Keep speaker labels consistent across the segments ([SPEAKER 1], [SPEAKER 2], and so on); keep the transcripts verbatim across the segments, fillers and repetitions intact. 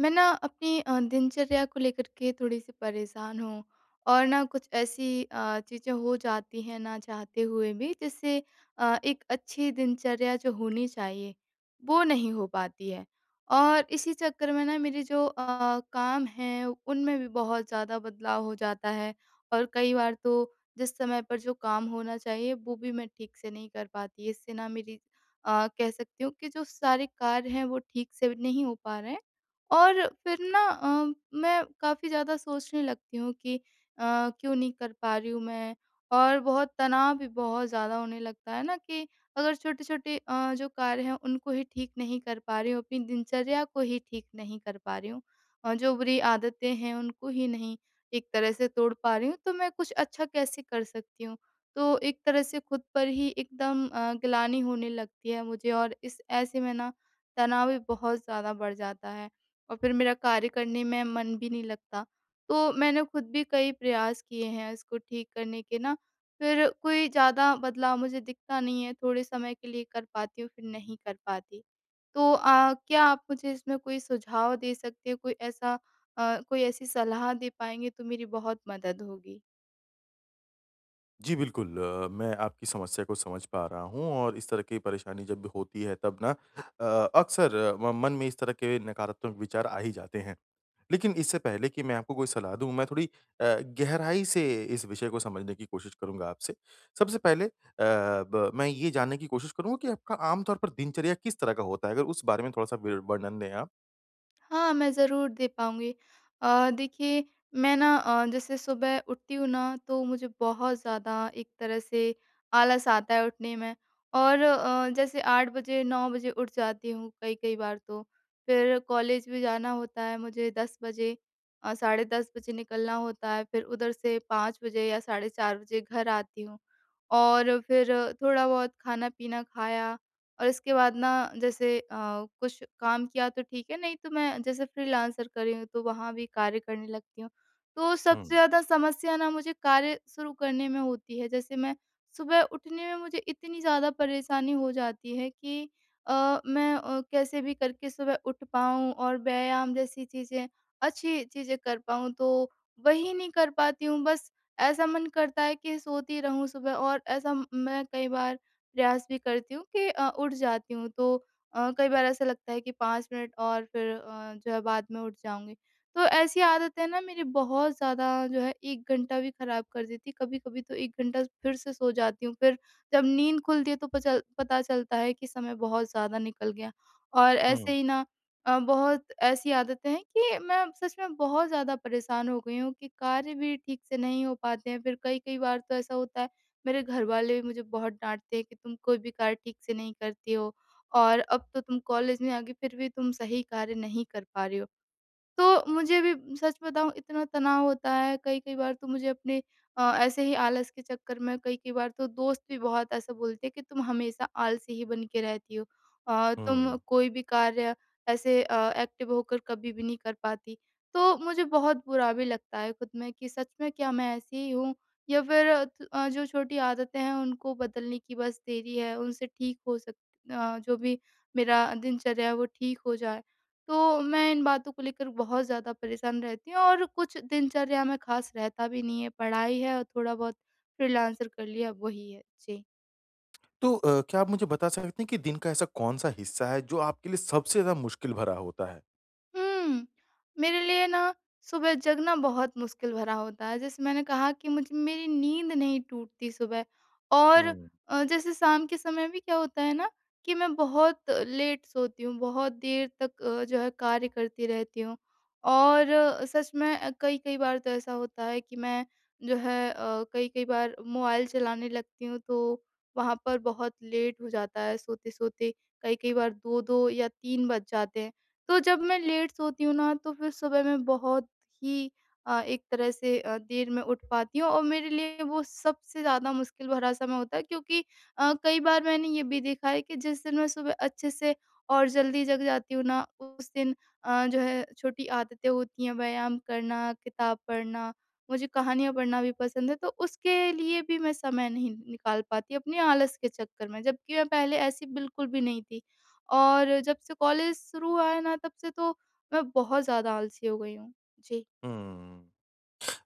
[SPEAKER 1] मैं ना अपनी अ, दिनचर्या को लेकर के थोड़ी-सी परेशान हूँ और ना कुछ ऐसी अ, चीज़ें हो जाती हैं ना चाहते हुए भी जिससे अ, एक अच्छी दिनचर्या जो होनी चाहिए, वो नहीं हो पाती है। और इसी चक्कर में ना मेरे जो अ, काम हैं उनमें भी बहुत ज़्यादा बदलाव हो जाता है और कई बार तो जिस समय पर जो काम होना चाहिए वो भी मैं ठीक से नहीं कर पाती। इससे ना मेरी अ, कह सकती हूँ कि जो सारे कार्य हैं वो ठीक से नहीं हो पा रहे हैं। और फिर ना अ, मैं काफ़ी ज़्यादा सोचने लगती हूँ कि अ, क्यों नहीं कर पा रही हूँ मैं और बहुत तनाव भी बहुत ज़्यादा होने लगता है ना कि अगर छोटे-छोटे अ, जो कार्य हैं उनको ही ठीक नहीं कर पा रही हूँ, अपनी दिनचर्या को ही ठीक नहीं कर पा रही हूँ और जो बुरी आदतें हैं उनको ही नहीं एक तरह से तोड़ पा रही हूँ, तो मैं कुछ अच्छा कैसे कर सकती हूँ? तो एक तरह से खुद पर ही एकदम अ, ग्लानि होने लगती है मुझे और इस ऐसे में ना तनाव भी बहुत ज़्यादा बढ़ जाता है। और फिर मेरा कार्य करने में मन भी नहीं लगता। तो मैंने खुद भी कई प्रयास किए हैं इसको ठीक करने के ना, फिर कोई ज़्यादा बदलाव मुझे दिखता नहीं है, थोड़े समय के लिए कर पाती हूँ, फिर नहीं कर पाती। तो अ, क्या आप मुझे इसमें कोई सुझाव दे सकते हैं? कोई ऐसा अ, कोई ऐसी सलाह दे पाएँगे तो मेरी बहुत मदद होगी।
[SPEAKER 2] जी, बिल्कुल अ, मैं आपकी समस्या को समझ पा रहा हूँ और इस तरह की परेशानी जब भी होती है तब ना अ, अक्सर अ, म मन में इस तरह के नकारात्मक विचार आ ही जाते हैं। लेकिन इससे पहले कि मैं आपको कोई सलाह दूँ, मैं थोड़ी अ, गहराई से इस विषय को समझने की कोशिश करूँगा आपसे। सबसे पहले अ, ब मैं ये जानने की कोशिश करूँगा कि आपका आम तौर पर दिनचर्या किस तरह का होता है? अगर उस बारे में थोड़ा-सा विर वर्णन दें आप।
[SPEAKER 1] हाँ, मैं ज़रूर दे पाऊँगी। अ, देखिए मैं ना अ, जैसे सुबह उठती हूँ ना तो मुझे बहुत ज़्यादा एक तरह से आलस आता है उठने में और अ, जैसे आठ बजे नौ बजे उठ जाती हूँ कई-कई बार तो। फिर कॉलेज भी जाना होता है मुझे दस बजे अ, साढ़े दस बजे निकलना होता है फिर उधर से पाँच बजे या साढ़े चार बजे घर आती हूँ। और फिर थोड़ा बहुत खाना-पीना खाया और इसके बाद ना जैसे अ, कुछ काम किया तो ठीक है, नहीं तो मैं जैसे फ्रीलांसर कर रही हूँ, तो वहाँ भी कार्य करने लगती हूँ। तो सबसे
[SPEAKER 2] हुँ,
[SPEAKER 1] ज़्यादा समस्या ना मुझे कार्य शुरू करने में होती है। जैसे मैं सुबह उठने में मुझे इतनी ज़्यादा परेशानी हो जाती है कि अ, मैं अ, कैसे भी करके सुबह उठ पाऊँ और व्यायाम जैसी चीज़ें, अच्छी चीज़ें कर पाऊँ, तो वही नहीं कर पाती हूँ। बस ऐसा मन करता है कि सोती रहूँ सुबह और ऐसा म- मैं कई बार प्रयास भी करती हूँ कि अ, उठ जाती हूँ तो अ, कई बार ऐसा लगता है कि पाँच मिनट और फिर अ, जो है बाद में उठ जाऊँगी। तो ऐसी आदतें ना मेरी बहुत ज़्यादा जो है एक घंटा भी ख़राब कर देती है, कभी-कभी तो एक घंटा फिर से सो जाती हूँ। फिर जब नींद खुलती है तो पचल पता चलता है कि समय बहुत ज़्यादा निकल गया। और ऐसे
[SPEAKER 2] हुँ,
[SPEAKER 1] ही ना अ, बहुत ऐसी आदतें हैं कि मैं सच में बहुत ज़्यादा परेशान हो गई हूँ कि कार्य भी ठीक से नहीं हो पाते हैं। फिर कई-कई बार तो ऐसा होता है मेरे घर वाले भी मुझे बहुत डाँटते हैं कि तुम कोई भी कार्य ठीक से नहीं करती हो और अब तो तुम कॉलेज में आ गई फिर भी तुम सही कार्य नहीं कर पा रही हो तो मुझे भी सच बताऊँ इतना तनाव होता है, कई-कई बार तो मुझे अपने अ, ऐसे ही आलस के चक्कर में कई-कई बार तो दोस्त भी बहुत ऐसा बोलते हैं कि तुम हमेशा आलसी ही बन के रहती हो। अ, तुम
[SPEAKER 2] हुँ।
[SPEAKER 1] कोई भी कार्य ऐसे अ, एक्टिव होकर कभी भी नहीं कर पाती। तो मुझे बहुत बुरा भी लगता है खुद में कि सच में क्या मैं ऐसी ही हूँ? या फिर अ, त- अ, जो छोटी आदतें हैं उनको बदलने की बस देरी है, उनसे ठीक हो सक अ, जो भी मेरा दिनचर्या है वो ठीक हो जाए। तो मैं इन बातों को लेकर बहुत ज़्यादा परेशान रहती हूँ और कुछ दिनचर्या में ख़ास रहता भी नहीं है, पढ़ाई है और थोड़ा बहुत फ्रीलांसर कर लिया, वही है। जी।
[SPEAKER 2] तो अ, क्या आप मुझे बता सकते हैं कि दिन का ऐसा कौन-सा हिस्सा है जो आपके लिए सबसे ज़्यादा मुश्किल भरा होता है?
[SPEAKER 1] हुँ। मेरे लिए ना सुबह जगना बहुत मुश्किल भरा होता है। जैसे मैंने कहा कि मुझ मेरी नींद नहीं टूटती सुबह और
[SPEAKER 2] हुँ,
[SPEAKER 1] अ, जैसे शाम के समय भी क्या होता है ना कि मैं बहुत लेट सोती हूँ, बहुत देर तक अ, जो है कार्य करती रहती हूँ। और अ, सच में अ, कई-कई बार तो ऐसा होता है कि मैं जो है अ, कई-कई बार मोबाइल चलाने लगती हूँ, तो वहाँ पर बहुत लेट हो जाता है सोते-सोते, कई-कई बार दो दो या तीन बज जाते हैं। तो जब मैं लेट सोती हूँ ना तो फिर सुबह मैं बहुत ही अ, एक तरह से अ, देर में उठ पाती हूँ और मेरे लिए वो सबसे ज़्यादा मुश्किल भरा समय होता है क्योंकि अ, कई बार मैंने ये भी देखा है कि जिस दिन मैं सुबह अच्छे से और जल्दी जग जाती हूँ ना उस दिन अ, जो है छोटी आदतें होती हैं व्यायाम करना, किताब पढ़ना, मुझे कहानियाँ पढ़ना भी पसंद है तो उसके लिए भी मैं समय नहीं निकाल पाती अपने आलस के चक्कर में, जबकि मैं पहले ऐसी बिल्कुल भी नहीं थी। और जब से कॉलेज शुरू हुआ है ना तब से तो मैं बहुत ज़्यादा आलसी हो गई हूँ। जी।
[SPEAKER 2] हुँ।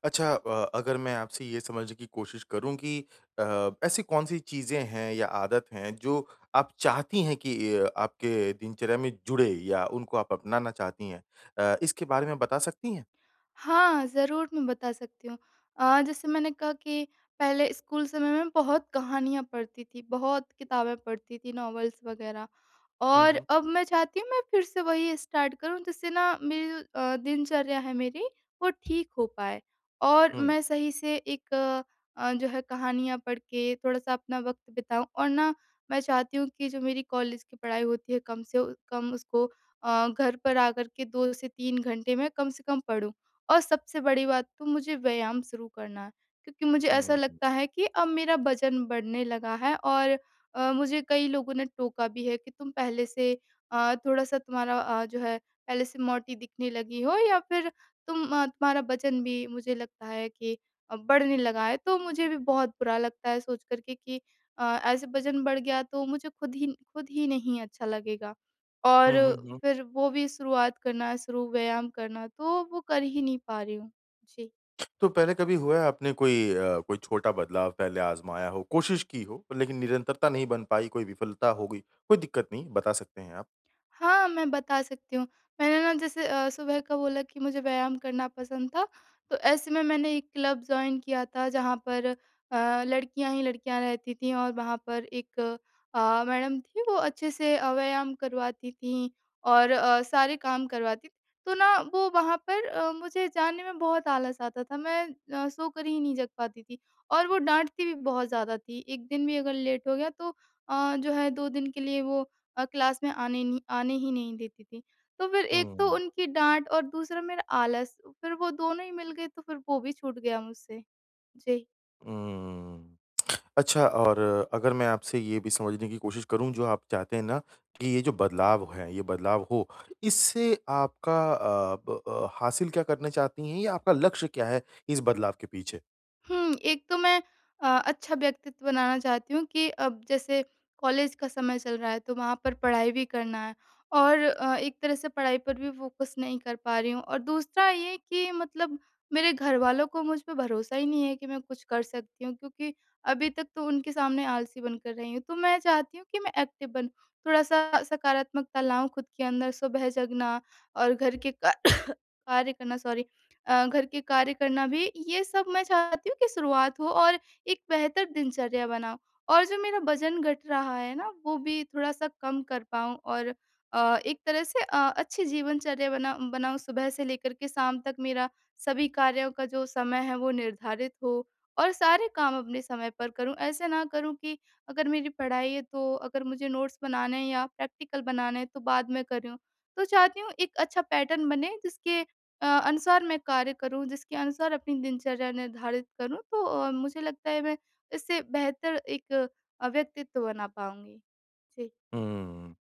[SPEAKER 2] अच्छा अ, अगर मैं आपसे ये समझने की कोशिश करूँ कि अ, ऐसी कौन-सी चीज़ें हैं या आदत हैं जो आप चाहती हैं कि अ, आपके दिनचर्या में जुड़े या उनको आप अपनाना चाहती हैं? अ, इसके बारे में बता सकती हैं?
[SPEAKER 1] हाँ, ज़रूर मैं बता सकती हूँ। अ, जैसे मैंने कहा कि पहले स्कूल समय में बहुत कहानियाँ पढ़ती थी, बहुत किताबें पढ़ती थी, नॉवेल्स वग़ैरह।
[SPEAKER 2] हुँ,
[SPEAKER 1] और
[SPEAKER 2] हुँ।
[SPEAKER 1] अब मैं चाहती हूँ मैं फिर से वही स्टार्ट करूँ जिससे ना मेरी जो अ, दिनचर्या है मेरी वो ठीक हो पाए और
[SPEAKER 2] हुँ,
[SPEAKER 1] मैं सही से एक अ, जो है कहानियाँ पढ़ के थोड़ा-सा अपना वक़्त बिताऊँ और ना मैं चाहती हूँ कि जो मेरी कॉलेज की पढ़ाई होती है कम से उ- कम उसको अ, घर पर आकर के दो से तीन घंटे में कम से कम पढूँ। और सबसे बड़ी बात तो मुझे व्यायाम शुरू करना है क्योंकि मुझे ऐसा
[SPEAKER 2] हुँ, हुँ।
[SPEAKER 1] लगता है कि अब मेरा वज़न बढ़ने लगा है और अ, मुझे कई लोगों ने टोका भी है कि तुम पहले से अ, थोड़ा-सा तुम्हारा अ, जो है पहले से मोटी दिखने लगी हो या फिर तुम अ, तुम्हारा वज़न भी मुझे लगता है कि अ, बढ़ने लगा है। तो मुझे भी बहुत बुरा लगता है सोच कर के कि अ, ऐसे वज़न बढ़ गया तो मुझे खुद ही खुद ही नहीं अच्छा लगेगा। और
[SPEAKER 2] हुँ, हुँ, हुँ।
[SPEAKER 1] फिर वो भी शुरुआत करना शुरू व्यायाम करना तो वो कर ही नहीं पा रही हूँ। जी।
[SPEAKER 2] तो पहले कभी हुआ है आपने कोई अ, कोई छोटा बदलाव पहले आज़माया हो, कोशिश की हो लेकिन निरंतरता नहीं बन पाई, कोई विफलता हो गई? कोई दिक्कत नहीं, बता सकते हैं आप।
[SPEAKER 1] हाँ, मैं बता सकती हूँ। मैंने ना जैसे अ, सुबह का बोला कि मुझे व्यायाम करना पसंद था, तो ऐसे में मैंने एक क्लब जॉइन किया था जहाँ पर अ, लड़कियाँ ही लड़कियाँ रहती थीं और वहाँ पर एक अ, मैडम थीं वो अच्छे से अ, व्यायाम करवाती थीं और अ, सारे काम करवाती थीं। तो ना वो वहाँ पर अ, मुझे जाने में बहुत आलस आता था, मैं अ, सोकर ही नहीं जग पाती थी और वो डाँटती भी बहुत ज़्यादा थी। एक दिन भी अगर लेट हो गया तो अ, जो है दो दिन के लिए वो अ, क्लास में आने नहीं आने ही नहीं देती थी। तो फिर एक तो
[SPEAKER 2] हुँ,
[SPEAKER 1] उनकी डाँट और दूसरा मेरा आलस, फिर वो दोनों ही मिल गए तो फिर वो भी छूट गया मुझसे। जी।
[SPEAKER 2] हुँ। अच्छा और अगर मैं आपसे ये भी समझने की कोशिश करूँ जो आप चाहते हैं ना कि ये जो बदलाव है, ये बदलाव हो, इससे आपका अ, ब अ, हासिल क्या करना चाहती हैं या आपका लक्ष्य क्या है इस बदलाव के पीछे?
[SPEAKER 1] हुँ, एक तो मैं अ, अच्छा व्यक्तित्व बनाना चाहती हूँ कि अब जैसे कॉलेज का समय चल रहा है, तो वहाँ पर पढ़ाई भी करना है और अ, एक तरह से पढ़ाई पर भी फ़ोकस नहीं कर पा रही हूँ और दूसरा ये कि मतलब मेरे घरवालों को मुझ पे भरोसा ही नहीं है कि मैं कुछ कर सकती हूँ क्योंकि अभी तक तो उनके सामने आलसी बनकर रही हूँ। तो मैं चाहती हूँ कि मैं एक्टिव बनूँ, थोड़ा-सा सकारात्मकता लाऊँ खुद के अंदर, सुबह जगना और घर के का कार्य करना सॉरी अ, घर के कार्य करना भी, ये सब मैं चाहती हूँ कि शुरुआत हो और एक बेहतर दिनचर्या बनाऊँ। और जो मेरा वज़न घट रहा है ना, वो भी थोड़ा-सा कम कर पाऊँ और अ, एक तरह से अ, अच्छी जीवनचर्या बना बनाऊँ, सुबह से लेकर के शाम तक मेरा सभी कार्यों का जो समय है, वो निर्धारित हो और सारे काम अपने समय पर करूँ। ऐसे ना करूँ कि अगर मेरी पढ़ाई है, तो अगर मुझे नोट्स बनाने हैं या प्रैक्टिकल बनाने हैं, तो बाद में करूँ। तो चाहती हूँ, एक अच्छा पैटर्न बने, जिसके अ, अनुसार मैं कार्य करूँ, जिसके अनुसार अपनी दिनचर्या निर्धारित करूँ, तो अ, मुझे लगता है मैं इससे बेहतर एक अ, व्यक्तित्व बना पाऊँगी। जी,
[SPEAKER 2] हुँ।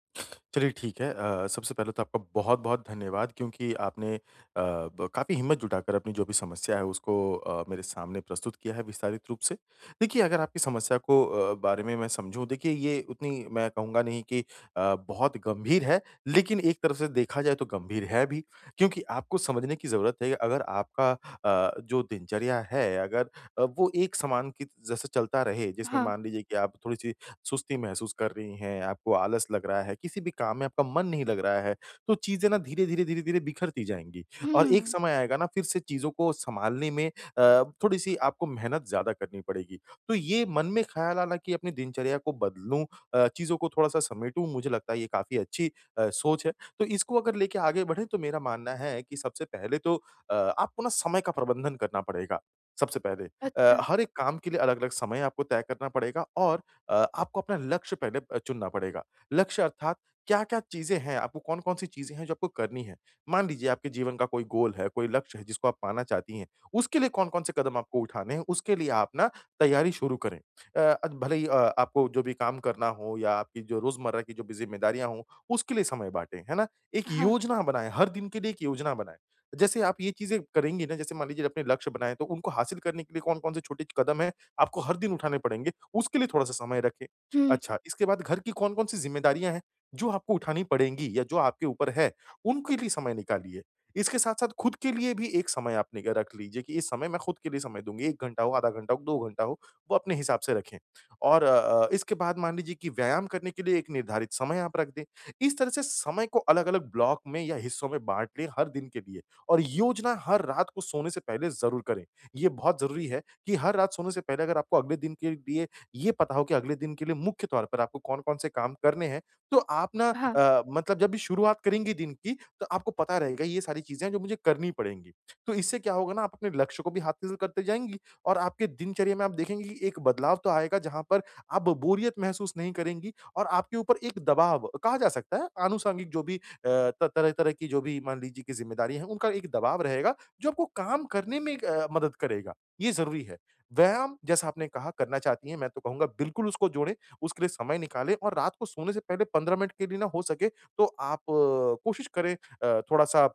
[SPEAKER 2] चलिए ठीक है अ, सबसे पहले तो आपका बहुत-बहुत धन्यवाद क्योंकि आपने अ, ब काफ़ी हिम्मत जुटाकर अपनी जो भी समस्या है उसको अ, मेरे सामने प्रस्तुत किया है विस्तारित रूप से। देखिए अगर आपकी समस्या को अ, बारे में मैं समझूँ देखिए ये उतनी मैं कहूँगा नहीं कि अ, बहुत गंभीर है लेकिन एक तरफ से देखा जाए तो गंभीर है भी क्योंकि आपको समझने की ज़रूरत है कि अगर आपका अ, जो दिनचर्या है अगर अ, वो एक समान की जैसे चलता रहे जिसमें
[SPEAKER 1] हाँ।
[SPEAKER 2] मान लीजिए कि आप थोड़ी-सी सुस्ती महसूस कर रही हैं, आपको आलस लग रहा है, किसी भी काम में आपका मन नहीं लग रहा है, तो चीज़ें ना धीरे-धीरे, धीरे-धीरे बिखरती जाएँगी और एक
[SPEAKER 1] हुँ,
[SPEAKER 2] समय आएगा ना फिर से चीज़ों को सँभालने में अ, थोड़ी-सी आपको मेहनत ज़्यादा करनी पड़ेगी। तो ये मन में ख़्याल आना कि अपनी दिनचर्या को बदलूँ अ, चीज़ों को थोड़ा-सा समेटूँ, मुझे लगता है ये काफ़ी अच्छी अ, सोच है। तो इसको अगर लेके आगे बढ़ें तो मेरा मानना है कि सबसे पहले तो अ, आपको ना समय का प्रबंधन करना पड़ेगा, सबसे पहले। अ,
[SPEAKER 1] अच्छा,
[SPEAKER 2] हर एक काम के लिए अलग-अलग समय आपको तय करना पड़ेगा और अ, आपको अपना लक्ष्य पहले अ, चुनना पड़ेगा। लक्ष्य अर्थात क्या-क्या चीज़ें हैं, आपको कौन-कौन सी चीज़ें हैं जो आपको करनी है। मान लीजिए आपके जीवन का कोई गोल है, कोई लक्ष्य है जिसको आप पाना चाहती हैं, उसके लिए कौन-कौन से कदम आपको उठाने हैं, उसके लिए आप ना तैयारी शुरू करें। अ, अद भले ही अ, आपको जो भी काम करना हो या आपकी जो रोज़मर्रा की जो भी ज़िम्मेदारियाँ हों, उसके लिए समय बाँटें, है ना? एक
[SPEAKER 1] हाँ,
[SPEAKER 2] योजना बनाएँ, हर दिन के लिए एक योजना बनाएँ। जैसे आप ये चीज़ें करेंगी ना, जैसे मान लीजिए अपने लक्ष्य बनाएँ, तो उनको हासिल करने के लिए कौन-कौन से छोटे कदम हैं, आपको हर दिन उठाने पड़ेंगे। उसके लिए थोड़ा-सा समय रखें।
[SPEAKER 1] हुँ,
[SPEAKER 2] अच्छा, इसके बाद घर की कौन-कौन सी ज़िम्मेदारियाँ हैं, जो आपको उठानी पड़ेंगी या जो आपके ऊपर है, उनके लिए समय निकालिए। इसके साथ-साथ खुद के लिए भी एक समय आप निग रख लीजिए कि इस समय मैं खुद के लिए समय दूँगी, एक घंटा हो, आधा घंटा हो, दो घंटा हो, वो अपने हिसाब से रखें। और अ अ, इसके बाद मान लीजिए कि व्यायाम करने के लिए एक निर्धारित समय आप रख दें। इस तरह से समय को अलग-अलग ब्लॉक में या हिस्सों में बाँट लें हर दिन के लिए और योजना हर रात को सोने से पहले ज़रूर करें। ये बहुत ज़रूरी है कि हर रात सोने से पहले अगर आपको अगले दिन के लिए ये पता हो कि अगले दिन के लिए मुख्य तौर पर आपको कौन-कौन से काम करने हैं। तो आप ना
[SPEAKER 1] हाँ,
[SPEAKER 2] अ, मतलब जब भी शुरुआत करेंगी दिन की, तो आपको पता रहेगा ये सारी चीज़ें हैं जो मुझे करनी पड़ेंगी। तो इससे क्या होगा ना आप अपने लक्ष्य को भी हासिल करते जाएँगी और आपके दिनचर्या में आप देखेंगी कि एक बदलाव तो आएगा जहाँ पर आप बोरियत महसूस नहीं करेंगी और आपके ऊपर एक दबाव कहा जा सकता है आनुषंगिक जो भी अ, त तरह-तरह की जो भी मान लीजिए कि ज़िम्मेदारी है, उनका एक दबाव रहेगा जो आपको काम करने में एक अ, मदद करेगा। ये ज़रूरी है। व्यायाम जैसा आपने कहा करना चाहती हैं, मैं तो कहूँगा बिल्कुल उसको जोड़ें, उसके लिए समय निकालें और रात को सोने से पहले पंद्रह मिनट के लिए ना हो सके तो आप अ, कोशिश करें अ, थोड़ा-सा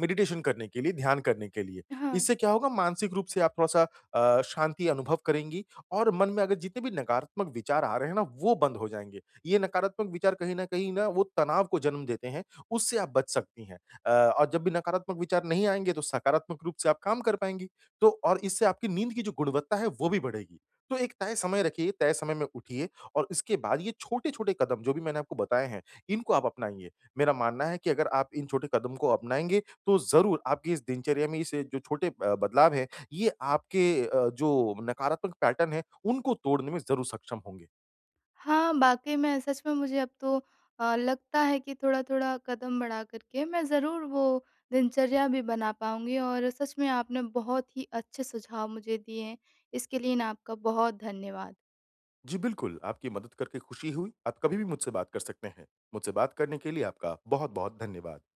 [SPEAKER 2] मेडिटेशन करने के लिए, ध्यान करने के लिए।
[SPEAKER 1] हाँ।
[SPEAKER 2] इससे क्या होगा मानसिक रूप से आप थोड़ा-सा अ, शांति अनुभव करेंगी और मन में अगर जितने भी नकारात्मक विचार आ रहे हैं ना, वो बंद हो जाएँगे। ये नकारात्मक विचार कहीं न कहीं ना वो तनाव को जन्म देते हैं, उससे आप बच सकती हैं। अ, और जब भी नकारात्मक विचार नहीं आएँगे तो सकारात्मक रूप से आप काम कर पाएँगी। तो और इससे आपकी नींद की जो गुणवत्ता है वो भी बढ़ेगी। तो एक तय समय रखिए, तय समय में उठिए और इसके बाद ये छोटे-छोटे कदम जो भी मैंने आपको बताए हैं, इनको आप अपनाइए। मेरा मानना है कि अगर आप इन छोटे कदम को अपनाएँगे तो ज़रूर आपकी इस दिनचर्या में इस जो छोटे अ, बदलाव हैं, ये आपके अ, जो नकारात्मक पैटर्न है, उनको तोड़ने में ज़रूर सक्षम होंगे।
[SPEAKER 1] हाँ, वाक़ई में सच में मुझे अब तो अ, लगता है कि थोड़ा-थोड़ा कदम बढ़ा कर के मैं ज़रूर वो दिनचर्या भी बना पाऊँगी और सच में आपने बहुत ही अच्छे सुझाव मुझे दिए हैं, इसके लिए ना आपका बहुत धन्यवाद।
[SPEAKER 2] जी बिल्कुल, आपकी मदद करके खुशी हुई। आप कभी भी मुझसे बात कर सकते हैं। मुझसे बात करने के लिए आपका बहुत-बहुत धन्यवाद।